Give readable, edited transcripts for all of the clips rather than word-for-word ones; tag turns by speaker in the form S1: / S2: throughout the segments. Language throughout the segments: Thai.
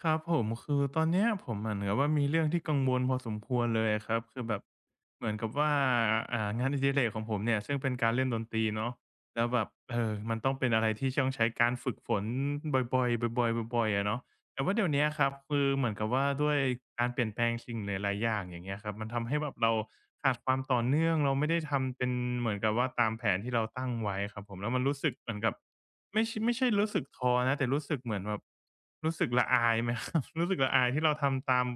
S1: ครับผมคือตอนเนี้ยผมเหมือนกับว่ามีเรื่องที่กังวลพอสมควรเลยอะครับคือแบบเหมือนกับว่างานอดิเรกของผมเนี่ยซึ่งเป็นการเล่นดนตรีเนาะแล้วแบบมันต้องเป็นอะไรที่ต้องใช้การฝึกฝนบ่อยๆบ่อยๆบ่อยๆอะเนาะ แต่ว่าเดี๋ยวเนี้ยครับคือเหมือนกับว่าด้วยการเปลี่ยนแปลงสิ่งหลายๆอย่างอย่างเงี้ยครับมันทำให้แบบเราขาดความต่อเนื่องเราไม่ได้ทำเป็นเหมือนกับว่าตามแผนที่เราตั้งไว้ครับผมแล้วมันรู้สึกเหมือนกับไม่ใช่ไม่ใช่รู้สึกท้อนะแต่รู้สึกเหมือนแบบรู้สึกละอายไหมครับ รู้สึกละอายที่เราทำตาม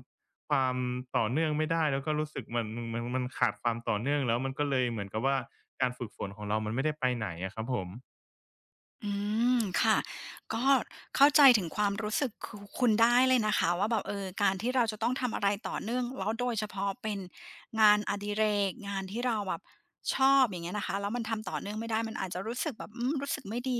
S1: ความต่อเนื่องไม่ได้แล้วก็รู้สึกเหมันเหมันมันขาดความต่อเนื่องแล้วมันก็เลยเหมือนกับว่าการฝึกฝนของเรามันไม่ได้ไปไหนอะครับผม
S2: อืมค่ะก็เข้าใจถึงความรู้สึกคคุณได้เลยนะคะว่าแบบการที่เราจะต้องทำอะไรต่อเนื่องแล้วโดยเฉพาะเป็นงานอดิเรกงานที่เราแบบชอบอย่างเงี้ยนะคะแล้วมันทำต่อเนื่องไม่ได้มันอาจจะรู้สึกแบบรู้สึกไม่ดี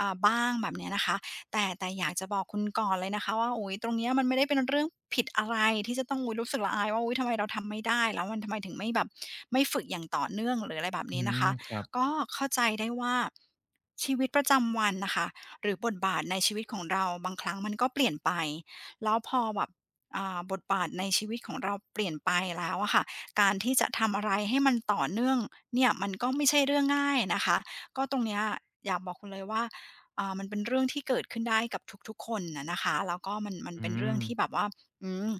S2: บ้างแบบเนี้ยนะคะแต่อยากจะบอกคุณก่อนเลยนะคะว่าอุ๊ยตรงเนี้ยมันไม่ได้เป็นเรื่องผิดอะไรที่จะต้องอุ๊ยรู้สึกละอายว่าอุ๊ยทำไมเราทำไม่ได้แล้วมันทำไมถึงไม่แบบไม่ฝึกอย่างต่อเนื่องหรืออะไรแบบ
S1: อื
S2: นี้นะ
S1: ม
S2: คะ
S1: ครับ
S2: ก็เข้าใจได้ว่าชีวิตประจำวันนะคะหรือบทบาทในชีวิตของเราบางครั้งมันก็เปลี่ยนไปแล้วพอแบบบทบาทในชีวิตของเราเปลี่ยนไปแล้วอะค่ะการที่จะทำอะไรให้มันต่อเนื่องเนี่ยมันก็ไม่ใช่เรื่องง่ายนะคะก็ตรงเนี้ยอยากบอกคุณเลยว่ามันเป็นเรื่องที่เกิดขึ้นได้กับทุกๆคนนะคะแล้วก็มันเป็
S1: อื
S2: นเรื่อง
S1: ม
S2: ที่แบบว่าอืม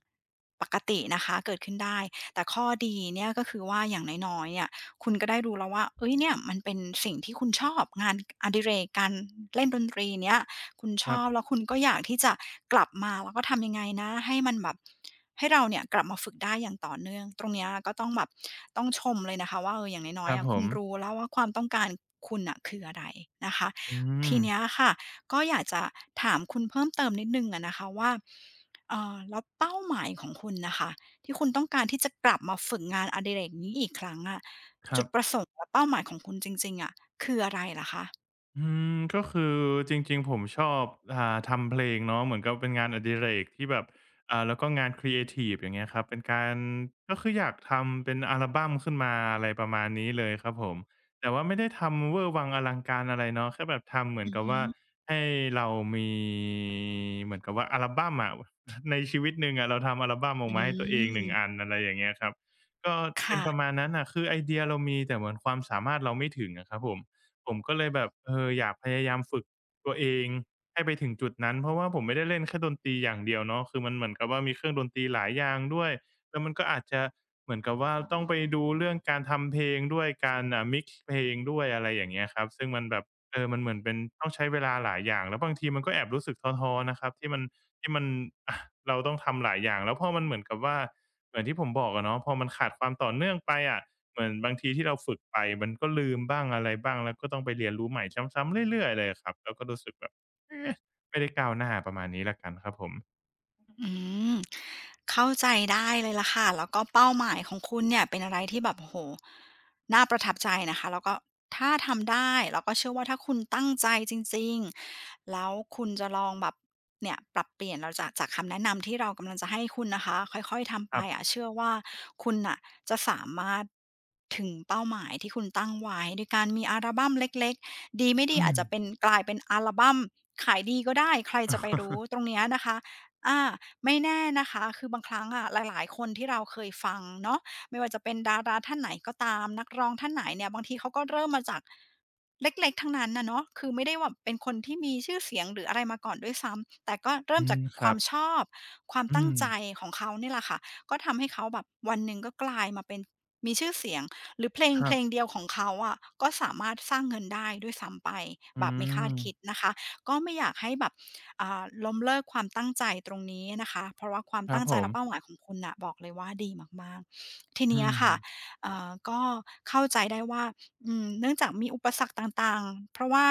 S2: ปกตินะคะเกิดขึ้นได้แต่ข้อดีเนี่ยก็คือว่าอย่างน้อยๆเนี่ย คุณก็ได้รู้แล้วว่าเฮ้ยเนี่ยมันเป็นสิ่งที่คุณชอบงานอดิเรกการเล่นดนตรีเนี้ยคุณช
S1: ครั
S2: อบแล้
S1: บ
S2: วคุณก็อยากที่จะกลับมาแล้วก็ทำยังไงนะให้มันแบบให้เราเนี่ยกลับมาฝึกได้อย่างต่อเนื่องตรงเนี้ยก็ต้องแบบต้องชมเลยนะคะว่าอย่างน้
S1: ค
S2: อย
S1: รั
S2: ๆ
S1: บ
S2: อะ
S1: ผ
S2: คุณรู้
S1: ม
S2: แล้วว่าความต้องการคุณอ่ะคืออะไรนะคะ
S1: อื
S2: ที
S1: ม
S2: เนี้ยค่ะก็อยากจะถามคุณเพิ่มเติมนิดหนึ่งอะนะคะว่าแล้วเป้าหมายของคุณนะคะที่คุณต้องการที่จะกลับมาฝึกงานอดิเรกนี้อีกครั้งอะ
S1: ครั
S2: จุด
S1: บ
S2: ประสงค์และเป้าหมายของคุณจริงๆอะคืออะไรเหรอคะ
S1: อืมก็คือจริงๆผมชอบทำเพลงเนาะเหมือนกับเป็นงานอดิเรกที่แบบแล้วก็งานครีเอทิฟอย่างเงี้ยครับเป็นการก็คืออยากทำเป็นอัลบัมขึ้นมาอะไรประมาณนี้เลยครับผมแต่ว่าไม่ได้ทำเวอร์วังอลังการอะไรเนาะแค่แบบทำเหมือน
S2: อือ
S1: กับว่า
S2: ฮึ
S1: ให้เรามีเหมือนกับว่าอัลบัมอะ ในชีวิตหนึ่งอะเราทำอัลบัมออ
S2: อื
S1: กมาให้ตัวเอง1อั
S2: ม
S1: นอะไรอย่างเงี้ยครับก็เป็นประมา
S2: ค่ะ
S1: ณนั้นน่ะคือไอเดียเรามีแต่เหมือนความสามารถเราไม่ถึงอะครับผม ผมก็เลยแบบอยากพยายามฝึกตัวเองให้ไปถึงจุดนั้นเพราะว่าผมไม่ได้เล่นแค่ดนตรีอย่างเดียวเนาะคือมันเหมือนกับว่ามีเครื่องดนตรีหลายอย่างด้วยแล้วมันก็อาจจะเหมือนกับว่าต้องไปดูเรื่องการทำเพลงด้วยการมิกซ์เพลงด้วยอะไรอย่างเงี้ยครับซึ่งมันแบบมันเหมือนเป็นต้องใช้เวลาหลายอย่างแล้วบางทีมันก็แอบรู้สึกท้อๆนะครับที่มันอะเราต้องทำหลายอย่างแล้วพอมันเหมือนกับว่าเหมือนที่ผมบอกอะเนาะพอมันขาดความต่อเนื่องไปอะ เหมือนบางทีที่เราฝึกไปมันก็ลืมบ้างอะไรบ้างแล้วก็ต้องไปเรียนรู้ใหม่ซ้ำๆเรื่อยๆเลยอะครับแล้วก็รู้สึกแบบเอ๊ะไม่ได้ก้าวหน้าประมาณนี้แล้วกันครับผม
S2: อืมเข้าใจได้เลยล่ะค่ะแล้วก็เป้าหมายของคุณเนี่ยเป็นอะไรที่แบบโอ้โฮน่าประทับใจนะคะแล้วก็ถ้าทำได้แล้วก็เชื่อว่าถ้าคุณตั้งใจจริงๆแล้วคุณจะลองแบบเนี่ยปรับเปลี่ยนเราจะจากคำแนะนำที่เรากำลังจะให้คุณนะคะค่อยๆทำ
S1: ค
S2: ไป
S1: รับ
S2: อะเชื่อว่าคุณน่ะจะสามารถถึงเป้าหมายที่คุณตั้งไว้โดยการมีอัลบัมเล็กๆดีไม่ดี
S1: อื
S2: อาจ
S1: ม
S2: จะเป็นกลายเป็นอัลบัมขายดีก็ได้ใครจะไป รู้ตรงเนี้ยนะคะอา ไม่แน่นะคะคือบางครั้งอะหลายๆคนที่เราเคยฟังเนาะไม่ว่าจะเป็นดาราท่านไหนก็ตามนักร้องท่านไหนเนี่ยบางทีเขาก็เริ่มมาจากเล็กๆทั้งนั้นน่ะเนาะคือไม่ได้แบบเป็นคนที่มีชื่อเสียงหรืออะไรมาก่อนด้วยซ้ำแต่ก็เริ่ม
S1: อื
S2: จาก
S1: มค
S2: ควา
S1: รั
S2: ม
S1: บ
S2: ชอบความ
S1: อื
S2: ตั้ง
S1: ม
S2: ใจของเขาเนี่ยแหละค่ะก็ทำให้เขาแบบวันหนึ่งก็กลายมาเป็นมีชื่อเสียงหรือเพลง
S1: ค
S2: เพ
S1: รั
S2: ล
S1: บ
S2: งเดียวของเขาอะก็สามารถสร้างเงินได้ด้วยซ้ำไป
S1: อื
S2: แบบไม่คาด
S1: ม
S2: คิดนะคะก็ไม่อยากให้แบบ ล้มเลิกความตั้งใจตรงนี้นะคะ เพราะว่าความ
S1: ครั
S2: ตั้
S1: บ
S2: งใจ
S1: ผม
S2: และเป้าหมายของคุณน่ะบอกเลยว่าดีมากๆ ทีเนี้
S1: อื
S2: ย
S1: ม
S2: ค่ะก็เข้าใจได้ว่าอืมเนื่องจากมีอุปสรรคต่างๆ เพราะว่า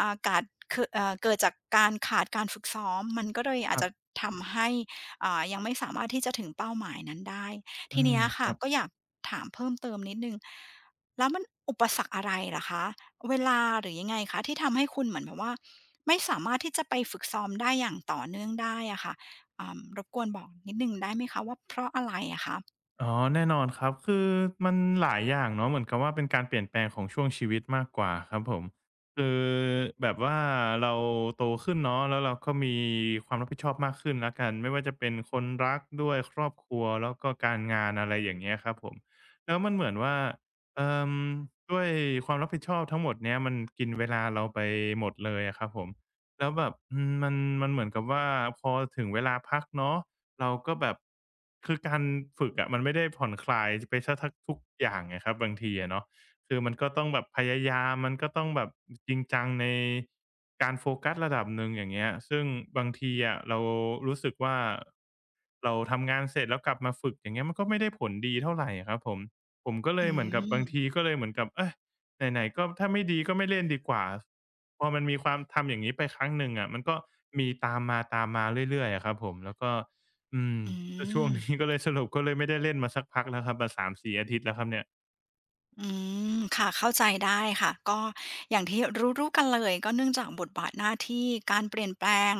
S2: อ่ากาดคอเกิดจากการขาดการฝึกซ้อมมันก็เลย
S1: ค
S2: อาจ
S1: รั
S2: จะ
S1: บ
S2: ทำให้ยังไม่สามารถที่จะถึงเป้าหมายนั้นได้
S1: อื
S2: ที
S1: ม
S2: เนี้ย
S1: ค
S2: ค่ะ
S1: รับ
S2: ก็อยากถามเพิ่มเติมนิดนึงแล้วมันอุปสรรคอะไรเหรคะ เวลาหรือยังไงคะที่ทำให้คุณเหมือนแบบว่าไม่สามารถที่จะไปฝึกซ้อมได้อย่างต่อเนื่องได้อะค่ะรบกวนบอกนิดหนึ่งได้ไหมคะว่าเพราะอะไรอะคะ
S1: อ๋อแน่นอนครับคือมันหลายอย่างเนาะเหมือนกับว่าเป็นการเปลี่ยนแปลงของช่วงชีวิตมากกว่าครับผมคือแบบว่าเราโตขึ้นเนาะแล้วเราก็มีความรับผิดชอบมากขึ้นแล้วกันไม่ว่าจะเป็นคนรักด้วยครอบครัวแล้วก็การงานอะไรอย่างเงี้ยครับผมแล้วมันเหมือนว่าเอ่อด้วยความรับผิดชอบทั้งหมดเนี้ยมันกินเวลาเราไปหมดเลยอะครับผมแล้วแบบอืมมันมันเหมือนกับว่าพอถึงเวลาพักเนาะ เราก็แบบคือการฝึกอะมันไม่ได้ผ่อนคลายไปเสียทักทุกอย่างไงครับบางทีอะเนาะคือมันก็ต้องแบบพยายามมันก็ต้องแบบจริงจังในการโฟกัสระดับหนึ่งอย่างเงี้ยซึ่งบางทีอะเรารู้สึกว่าเราทำงานเสร็จแล้วกลับมาฝึกอย่างเงี้ยมันก็ไม่ได้ผลดีเท่าไรอะครับผมผมก็เล
S2: อื
S1: ยเหมือนกับบาง
S2: ม
S1: ทีก็เลยเหมือนกับเฮ้ยไหนๆก็ถ้าไม่ดีก็ไม่เล่นดีกว่าพอมันมีความทำอย่างงี้ไปครั้งหนึ่งอะมันก็มีตามมาๆเรื่อยๆอะครับผมแล้วก็ อืม
S2: อื
S1: ก็ช่วงนี้
S2: ม
S1: ก็เลยสรุปก็เลยไม่ได้เล่นมาสักพักแล้วครับมา3-4อาทิตย์แล้วครับเนี่ย
S2: อืมค่ะเข้าใจได้ค่ะก็อย่างที่รู้ๆกันเลยก็เนื่องจากบทบาทหน้าที่การเปลี่ยนแปลง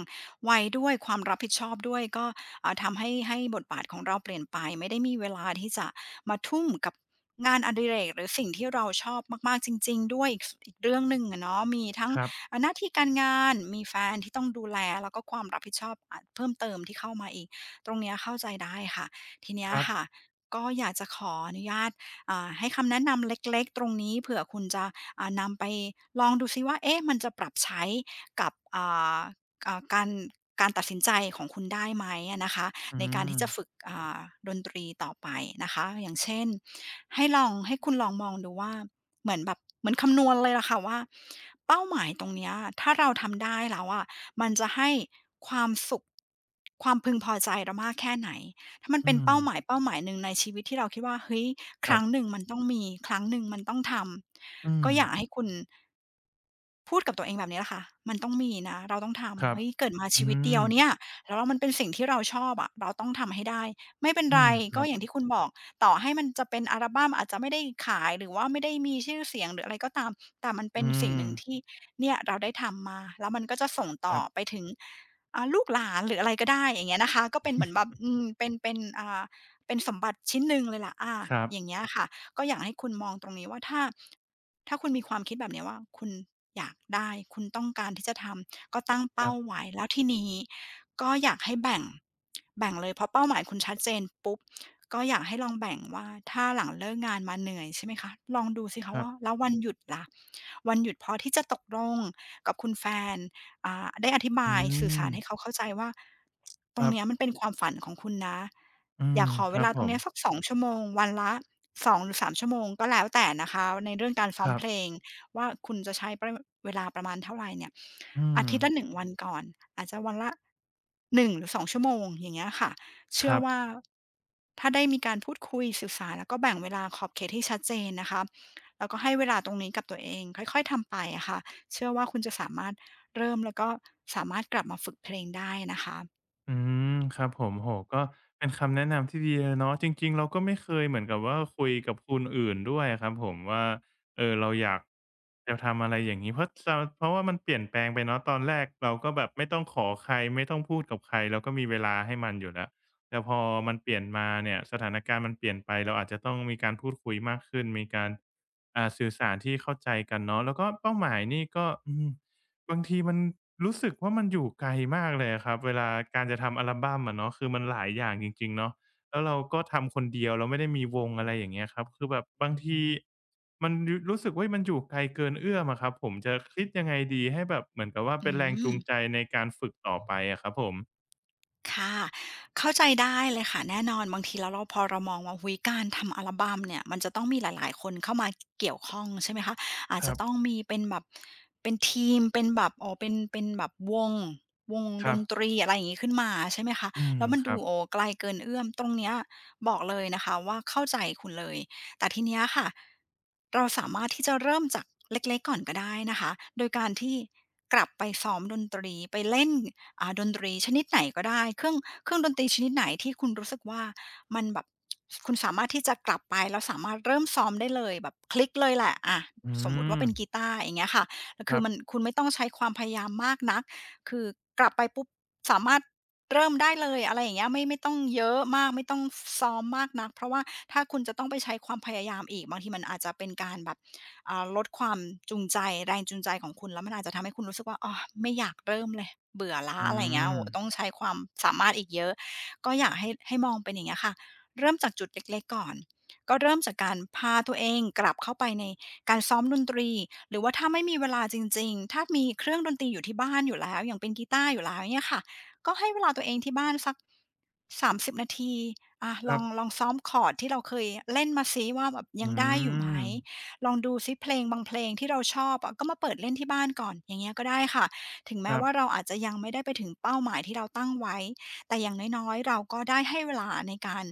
S2: วัยด้วยความรับผิดชอบด้วยก็ทำให้บทบาทของเราเปลี่ยนไปไม่ได้มีเวลาที่จะมาทุ่มกับงานอดิเรกหรือสิ่งที่เราชอบมากๆจริงๆด้วยอีกอีกเรื่องหนึ่งอะเนาะมีทั้ง
S1: ครับ
S2: หน้าที่การงานมีแฟนที่ต้องดูแลแล้วก็ความรับผิดชอบเพิ่มเติมที่เข้ามาอีกตรงเนี้ยเข้าใจได้ค่ะทีเนี้
S1: ค
S2: ย
S1: รับ
S2: ค่ะก็อยากจะขออนุญาต ให้คำแนะนำเล็กๆตรงนี้เผื่อคุณจะนำไปลองดูซิว่าเอ๊ะมันจะปรับใช้กับาอ่าการการตัดสินใจของคุณได้ไหมอะนะคะ
S1: อื
S2: ในการ
S1: ม
S2: ที่จะฝึกดนตรีต่อไปนะคะอย่างเช่นให้ลองให้คุณลองมองดูว่าเหมือนแบบเหมือนคำนวณเลยล่ะค่ะว่าเป้าหมายตรงเนี้ยถ้าเราทำได้แล้วอะมันจะให้ความสุขความพึงพอใจเรามากแค่ไหน ถ้ามัน
S1: อื
S2: เป็น
S1: ม
S2: เป้าหมายหนึ่งในชีวิตที่เราคิดว่าเฮ้ยค
S1: ครั
S2: รั้
S1: บ
S2: งหนึ่งมันต้องมีครั้งหนึ่งมันต้องท
S1: อื
S2: ำ
S1: ม
S2: ก็อยากให้คุณ พูดกับตัวเองแบบนี้แหละค่ะมันต้องมีนะเราต้อง
S1: ค
S2: ทำ
S1: รับ
S2: เฮ้ยเกิดมา
S1: อื
S2: ชีวิตเดีย
S1: ม
S2: วเนี่ยแล้วมันเป็นสิ่งที่เราชอบอะเราต้องทำให้ได้ไม่เป็น
S1: อื
S2: ไร
S1: มค
S2: ก็
S1: รับ
S2: อย่างที่คุณบอกต่อให้มันจะเป็นอัลบัมอาจจะไม่ได้ขายหรือว่าไม่ได้มีชื่อเสียงหรืออะไรก็ตามแต่มันเป็น
S1: อื
S2: สิ่งห
S1: ม
S2: นึ่งที่เนี่ยเราได้ทำมาแล้วมันก็จะส่ง
S1: ค
S2: ต่อ
S1: รั
S2: ไป
S1: บ
S2: ถึงลูกหลานหรืออะไรก็ได้อย่างเงี้ยนะคะก็เป็นเหมือนแบบอืมเป็นสมบัติชิ้นหนึ่งเลยล่ะอา
S1: ครับ
S2: อย่างเงี้ยค่ะก็อยากให้คุณมองตรงนี้ว่าถ้า ถ้าคุณมีความคิดแบบเนี้ยว่าคุณอยากได้คุณต้องการที่จะทำก็ตั้ง
S1: ค
S2: เป้า
S1: รับ
S2: ไว้แล้วทีนี้ก็อยากให้แบ่งเลยเพราะเป้าหมายคุณชัดเจนปุ๊บก็อยากให้ลองแบ่งว่าถ้าหลังเลิกงานมาเหนื่อยใช่ไหมคะลองดูสิ
S1: ค
S2: คะ
S1: รับ
S2: ว่าแล้ววันหยุดล่ะวันหยุดพอที่จะตกลงกับคุณแฟน ได้อธิ
S1: อื
S2: บายสื่อสารให้
S1: ม
S2: เขาเข้าใจว่าต
S1: ค
S2: รง
S1: รั
S2: เนี้ย
S1: บ
S2: มันเป็นความฝันของคุณนะ
S1: อื
S2: อ
S1: ม
S2: ยากขอ
S1: ค
S2: เว
S1: รับ
S2: ลาต
S1: ผ
S2: รง
S1: ม
S2: เนี้ยสัก2ชั่วโมงวันละ2หรือ3ชั่วโมงก็แล้วแต่นะคะในเรื่องการซ้
S1: ค
S2: อม
S1: รั
S2: เพ
S1: บ
S2: ลงว่าคุณจะใช้ประเวลาประมาณเท่าไรเนี่ย
S1: อืม
S2: อาทิตย์ละ1วันก่อนอาจจะวันละ1หรือ2ชั่วโมงอย่างเงี้ยค่ะ
S1: ค
S2: เชื่อ
S1: รั
S2: ว่า
S1: บ
S2: ถ้าได้มีการพูดคุยสื่อสารแล้วก็แบ่งเวลาขอบเขตให้ชัดเจนนะคะแล้วก็ให้เวลาตรงนี้กับตัวเองค่อยๆทำไปอะค่ะเชื่อว่าคุณจะสามารถ เริ่มแล้วก็สามารถกลับมาฝึกเพลงได้นะคะ
S1: อืมครับผมโอ้โฮก็เป็นคำแนะนำที่ดีเลยเนาะจริงๆเราก็ไม่เคยเหมือนกับว่าคุยกับคนอื่นด้วยอะครับผมว่าเออเราอยากจะทำอะไรอย่างงี้เพราะว่ามันเปลี่ยนแปลงไปเนาะตอนแรกเราก็แบบไม่ต้องขอใครไม่ต้องพูดกับใครเราก็มีเวลาให้มันอยู่แล้วแต่พอมันเปลี่ยนมาเนี่ยสถานการณ์มันเปลี่ยนไปเราอาจจะต้องมีการพูดคุยมากขึ้นมีการสื่อสารที่เข้าใจกันเนาะแล้วก็เป้าหมายนี่ก็อืม บางทีมันรู้สึกว่ามันอยู่ไกลมากเลยอะครับเวลาการจะทำอัลบัมอะเนาะคือมันหลายอย่างจริงๆเนาะแล้วเราก็ทำคนเดียวเราไม่ได้มีวงอะไรอย่างเงี้ยครับคือแบบบางทีมันรรู้สึกว่ามันอยู่ไกลเกินเอื้อมอะครับผมจะคิดยังไงดีให้แบบเหมือนกับว่า
S2: อื
S1: เป็นแรงจู
S2: ม
S1: งใจในการฝึกต่อไปอะครับผม
S2: ค่ะเข้าใจได้เลยค่ะแน่นอนบางทีแล้วเราพอเรามองว่าหุ๊ยการทำอัลบัมเนี่ยมันจะต้องมีหลายๆคนเข้ามาเกี่ยวข้องใช่ไหมคะอาจ
S1: ค
S2: จะ
S1: รับ
S2: ต้องมีเป็นแบบเป็นทีมเป็นแบบโอเป็นแบบวง
S1: ค
S2: ด
S1: รั
S2: นต
S1: บ
S2: รีอะไรอย่างงี้ขึ้นมาใช่ไหมคะ
S1: อืม
S2: แล้วมัน
S1: ค
S2: ดู
S1: รับ
S2: โอ้ไกลเกินเอื้อมตรงเนี้ยบอกเลยนะคะว่าเข้าใจคุณเลย แต่ทีเนี้ยค่ะเราสามารถที่จะเริ่มจากเล็กๆก่อนก็ได้นะคะโดยการที่กลับไปซ้อมดนตรีไปเล่นดนตรีชนิดไหนก็ได้เครื่องดนตรีชนิดไหนที่คุณรู้สึกว่ามันแบบคุณสามารถที่จะกลับไปแล้วสามารถเริ่มซ้อมได้เลยแบบคลิกเลยแหละอะ
S1: อื
S2: สมมุติว่า
S1: ม
S2: เป็นกีตาร์อย่างเงี้ยค่ะ
S1: ค
S2: คือ
S1: รั
S2: มัน
S1: บ
S2: คุณไม่ต้องใช้ความพยายามมากนักคือกลับไปปุ๊บสามารถ เริ่มได้เลยอะไรอย่างเงี้ยไม่ต้องเยอะมากไม่ต้องฟซ้อมมากนักเพราะว่าถ้าคุณจะต้องไปใช้ความพยายามอีกบางทีมันอาจจะเป็นการแบบลดความจูงใจแรงจูงใจของคุณแล้วมันอาจจะทำให้คุณรู้สึกว่าอ้อไม่อยากเริ่มเลยเบื่อล้า
S1: อื
S2: อะไรอย่างเงี้ยโอ้
S1: ม
S2: โฮต้องใช้ความสามารถอีกเยอะก็อยากให้มองเป็นอย่างเงี้ยค่ะเริ่มจากจุดเล็กๆก่อนก็เริ่มจากการพาตัวเองกลับเข้าไปในการซ้อมดนตรีหรือว่าถ้าไม่มีเวลาจริงๆถ้ามีเครื่องดนตรีอยู่ที่บ้านอยู่แล้วอย่างเป็นกีตาร์อยู่แล้วเนี่ยค่ะ ก็ให้เวลาตัวเองที่บ้านสัก30นาทีอา
S1: ค
S2: ล
S1: รั
S2: องล
S1: บ
S2: องซ้อมคอร์ดที่เราเคยเล่นมาซิว่าแบบ
S1: อื
S2: ยังได้อยู่ไหม
S1: ม
S2: ลองดูซิเพลงบางเพลงที่เราชอบอะก็มาเปิดเล่นที่บ้านก่อนอย่างเงี้ยก็ได้ค่ะ ถึง
S1: ค
S2: แม้
S1: รับ
S2: ว่าเราอาจจะยังไม่ได้ไปถึงเป้าหมายที่เราตั้งไว้ แต่อย่างน้อยๆเราก็ได้ให้เวลาในการ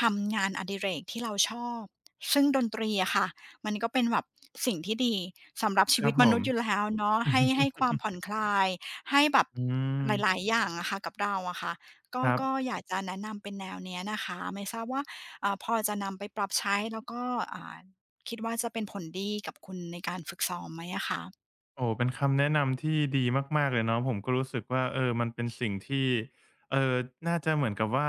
S2: ทำงานอดิเรกที่เราชอบ ซึ่งดนตรีอะค่ะมันก็เป็นแบบสิ่งที่ดีสำหรับ
S1: ค
S2: ชี
S1: รั
S2: วิ
S1: บ
S2: ตม
S1: ผ
S2: นุ
S1: ม
S2: ษย์อยู่แล้วเนาะให้ ความผ่อนคลาย ให้แบบ
S1: อืม
S2: หลายๆอย่างอะค่ะกับเราอะค่ะ
S1: ครับ
S2: ก็อยากจะแนะนำเป็นแนวเนี้ยนะคะไม่ทราบว่าพอจะนำไปปรับใช้แล้วก็อ่าคิดว่าจะเป็นผลดีกับคุณในการฝึกซ้อมไหมอะคะ
S1: โอ้เป็นคำแนะนำที่ดีมากๆเลยเนาะผมก็รู้สึกว่าเออมันเป็นสิ่งที่เอ่อน่าจะเหมือนกับว่า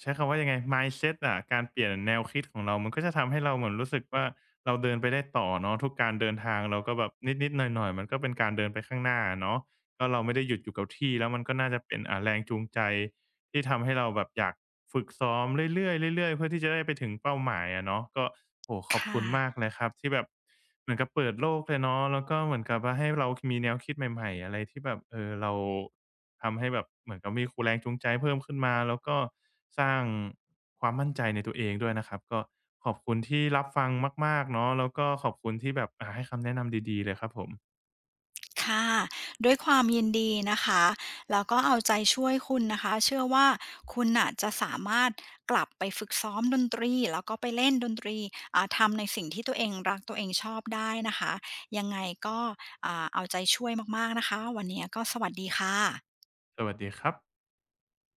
S1: ใช้คำว่ายังไง mindset อะการเปลี่ยนแนวคิดของเรามันก็จะทำให้เราเหมือนรู้สึกว่าเราเดินไปได้ต่อเนาะทุกการเดินทางเราก็แบบนิดๆหน่อยๆมันก็เป็นการเดินไปข้างหน้าอะเนาะ ก็เราไม่ได้หยุดอยู่กับที่แล้วมันก็น่าจะเป็นอ่าแรงจูงใจที่ทำให้เราแบบอยากฝึกซ้อมเรื่อยๆเรื่อยๆเพื่อที่จะได้ไปถึงเป้าหมายอะเนาะก็โอ้โฮขอบคุ
S2: ค่ะ
S1: ณมากเลยครับที่แบบเหมือนกับเปิดโลกเลยเนาะแล้วก็เหมือนกับว่าให้เรามีแนวคิดใหม่ๆอะไรที่แบบเออเราทำให้แบบเหมือนกับมีแรงจูงใจเพิ่มขึ้นมาแล้วก็สร้างความมั่นใจในตัวเองด้วยนะครับก็ขอบคุณที่รับฟังมากๆเนาะแล้วก็ขอบคุณที่แบบอ่าให้คำแนะนำดีๆเลยครับผม
S2: ค่ะด้วยความยินดีนะคะแล้วก็เอาใจช่วยคุณนะคะเชื่อว่าคุณน่ะจะสามารถกลับไปฝึกซ้อมดนตรีแล้วก็ไปเล่นดนตรีทำในสิ่งที่ตัวเองรักตัวเองชอบได้นะคะยังไงก็เอาใจช่วยมากๆนะคะวันเนี้ยก็สวัสดีค่ะ
S1: สวัสดีครับ